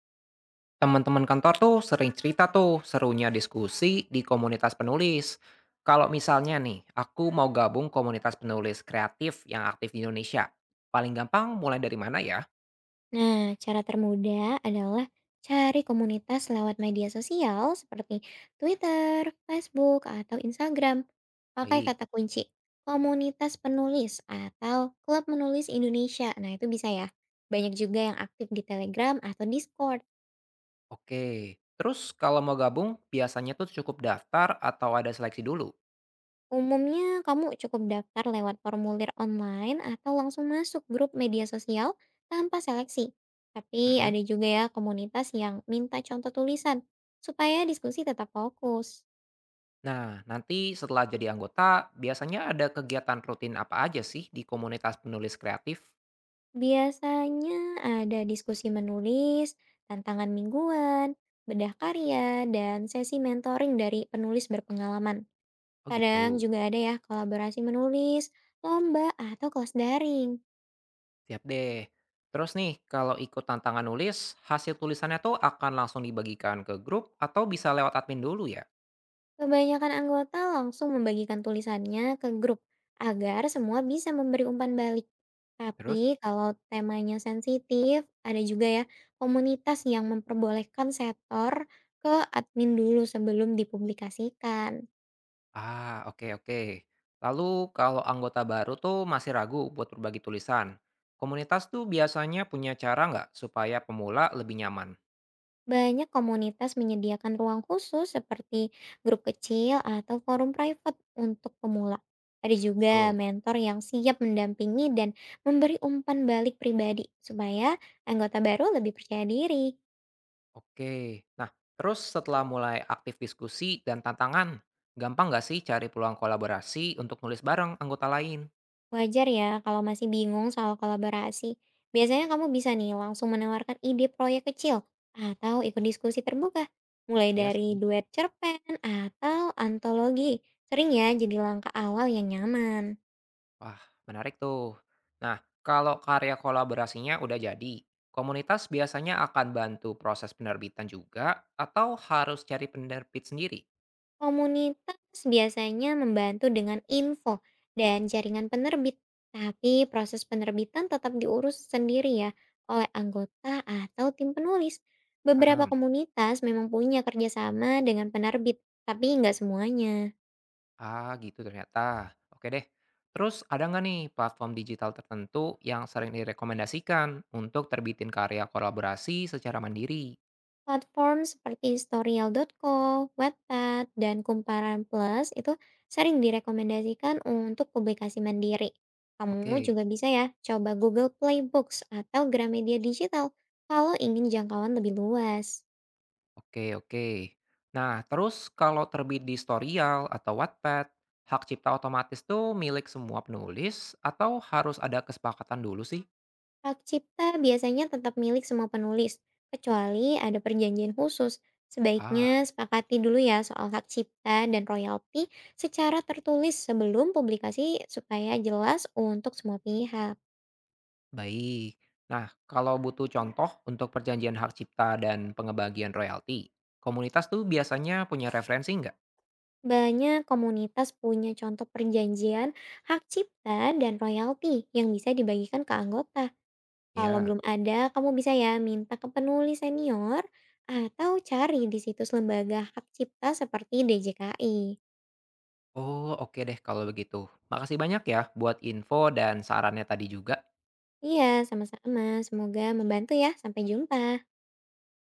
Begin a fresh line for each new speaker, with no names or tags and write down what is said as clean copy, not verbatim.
Teman-teman kantor tuh sering cerita tuh serunya diskusi di komunitas penulis. Kalau misalnya nih, aku mau gabung komunitas penulis kreatif yang aktif di Indonesia. Paling gampang mulai dari mana ya?
Nah, cara termudah adalah cari komunitas lewat media sosial seperti Twitter, Facebook, atau Instagram. Pakai
Baik.
kata kunci, komunitas penulis atau klub menulis Indonesia. Nah, itu bisa ya. Banyak juga yang aktif di Telegram atau Discord.
Oke. Terus kalau mau gabung, biasanya tuh cukup daftar atau ada seleksi dulu.
Umumnya kamu cukup daftar lewat formulir online atau langsung masuk grup media sosial tanpa seleksi. Tapi
Mm-mm.
ada juga ya komunitas yang minta contoh tulisan supaya diskusi tetap fokus.
Nah, nanti setelah jadi anggota, biasanya ada kegiatan rutin apa aja sih di komunitas penulis kreatif?
Biasanya ada diskusi menulis, tantangan mingguan, bedah karya, dan sesi mentoring dari penulis berpengalaman.
Oh
Kadang
gitu.
juga ada ya kolaborasi menulis, lomba, atau kelas daring.
Siap deh. Terus nih, kalau ikut tantangan nulis, hasil tulisannya tuh akan langsung dibagikan ke grup atau bisa lewat admin dulu ya?
Kebanyakan anggota langsung membagikan tulisannya ke grup agar semua bisa memberi umpan balik.
Terus?
Tapi kalau temanya sensitif, ada juga ya komunitas yang memperbolehkan setor ke admin dulu sebelum dipublikasikan.
Ah, oke oke. Lalu kalau anggota baru tuh masih ragu buat berbagi tulisan. Komunitas tuh biasanya punya cara nggak supaya pemula lebih nyaman?
Banyak komunitas menyediakan ruang khusus seperti grup kecil atau forum private untuk pemula. Ada juga
Tuh,
mentor yang siap mendampingi dan memberi umpan balik pribadi supaya anggota baru lebih percaya diri.
oke. Nah, terus setelah mulai aktif diskusi dan tantangan, gampang nggak sih cari peluang kolaborasi untuk nulis bareng anggota lain?
Wajar ya kalau masih bingung soal kolaborasi. Biasanya kamu bisa nih langsung menawarkan ide proyek kecil atau ikut diskusi terbuka. Mulai
Iya
dari
sih.
duet cerpen atau antologi. Sering ya jadi langkah awal yang nyaman.
Wah, menarik tuh. Nah, kalau karya kolaborasinya udah jadi, komunitas biasanya akan bantu proses penerbitan juga atau harus cari penerbit sendiri?
Komunitas biasanya membantu dengan info dan jaringan penerbit, tapi proses penerbitan tetap diurus sendiri ya oleh anggota atau tim penulis. Beberapa
Paham?
komunitas memang punya kerjasama dengan penerbit, tapi nggak semuanya.
Ah, gitu ternyata. Oke deh. Terus ada nggak nih platform digital tertentu yang sering direkomendasikan untuk terbitin karya kolaborasi secara mandiri?
Platform seperti historial.co, Wattpad, dan Kumparan Plus itu sering direkomendasikan untuk publikasi mandiri. Kamu
Oke.
juga bisa ya coba Google Play Books atau Gramedia Digital kalau ingin jangkauan lebih luas.
Oke, oke. Nah, terus kalau terbit di Storyal atau Wattpad, hak cipta otomatis tuh milik semua penulis atau harus ada kesepakatan dulu sih?
Hak cipta biasanya tetap milik semua penulis, kecuali ada perjanjian khusus.
Ah,
Sebaiknya sepakati dulu ya soal hak cipta dan royalti secara tertulis sebelum publikasi supaya jelas untuk semua pihak.
baik. Nah, kalau butuh contoh untuk perjanjian hak cipta dan pengebagian royalti, komunitas tuh biasanya punya referensi nggak?
Banyak komunitas punya contoh perjanjian hak cipta dan royalti yang bisa dibagikan ke anggota. Kalau
Ya.
belum ada, kamu bisa ya minta ke penulis senior atau cari di situs lembaga hak cipta seperti DJKI.
Oh, oke deh kalau begitu. Makasih banyak ya buat info dan sarannya tadi juga.
Iya, sama-sama. Semoga membantu ya. Sampai jumpa.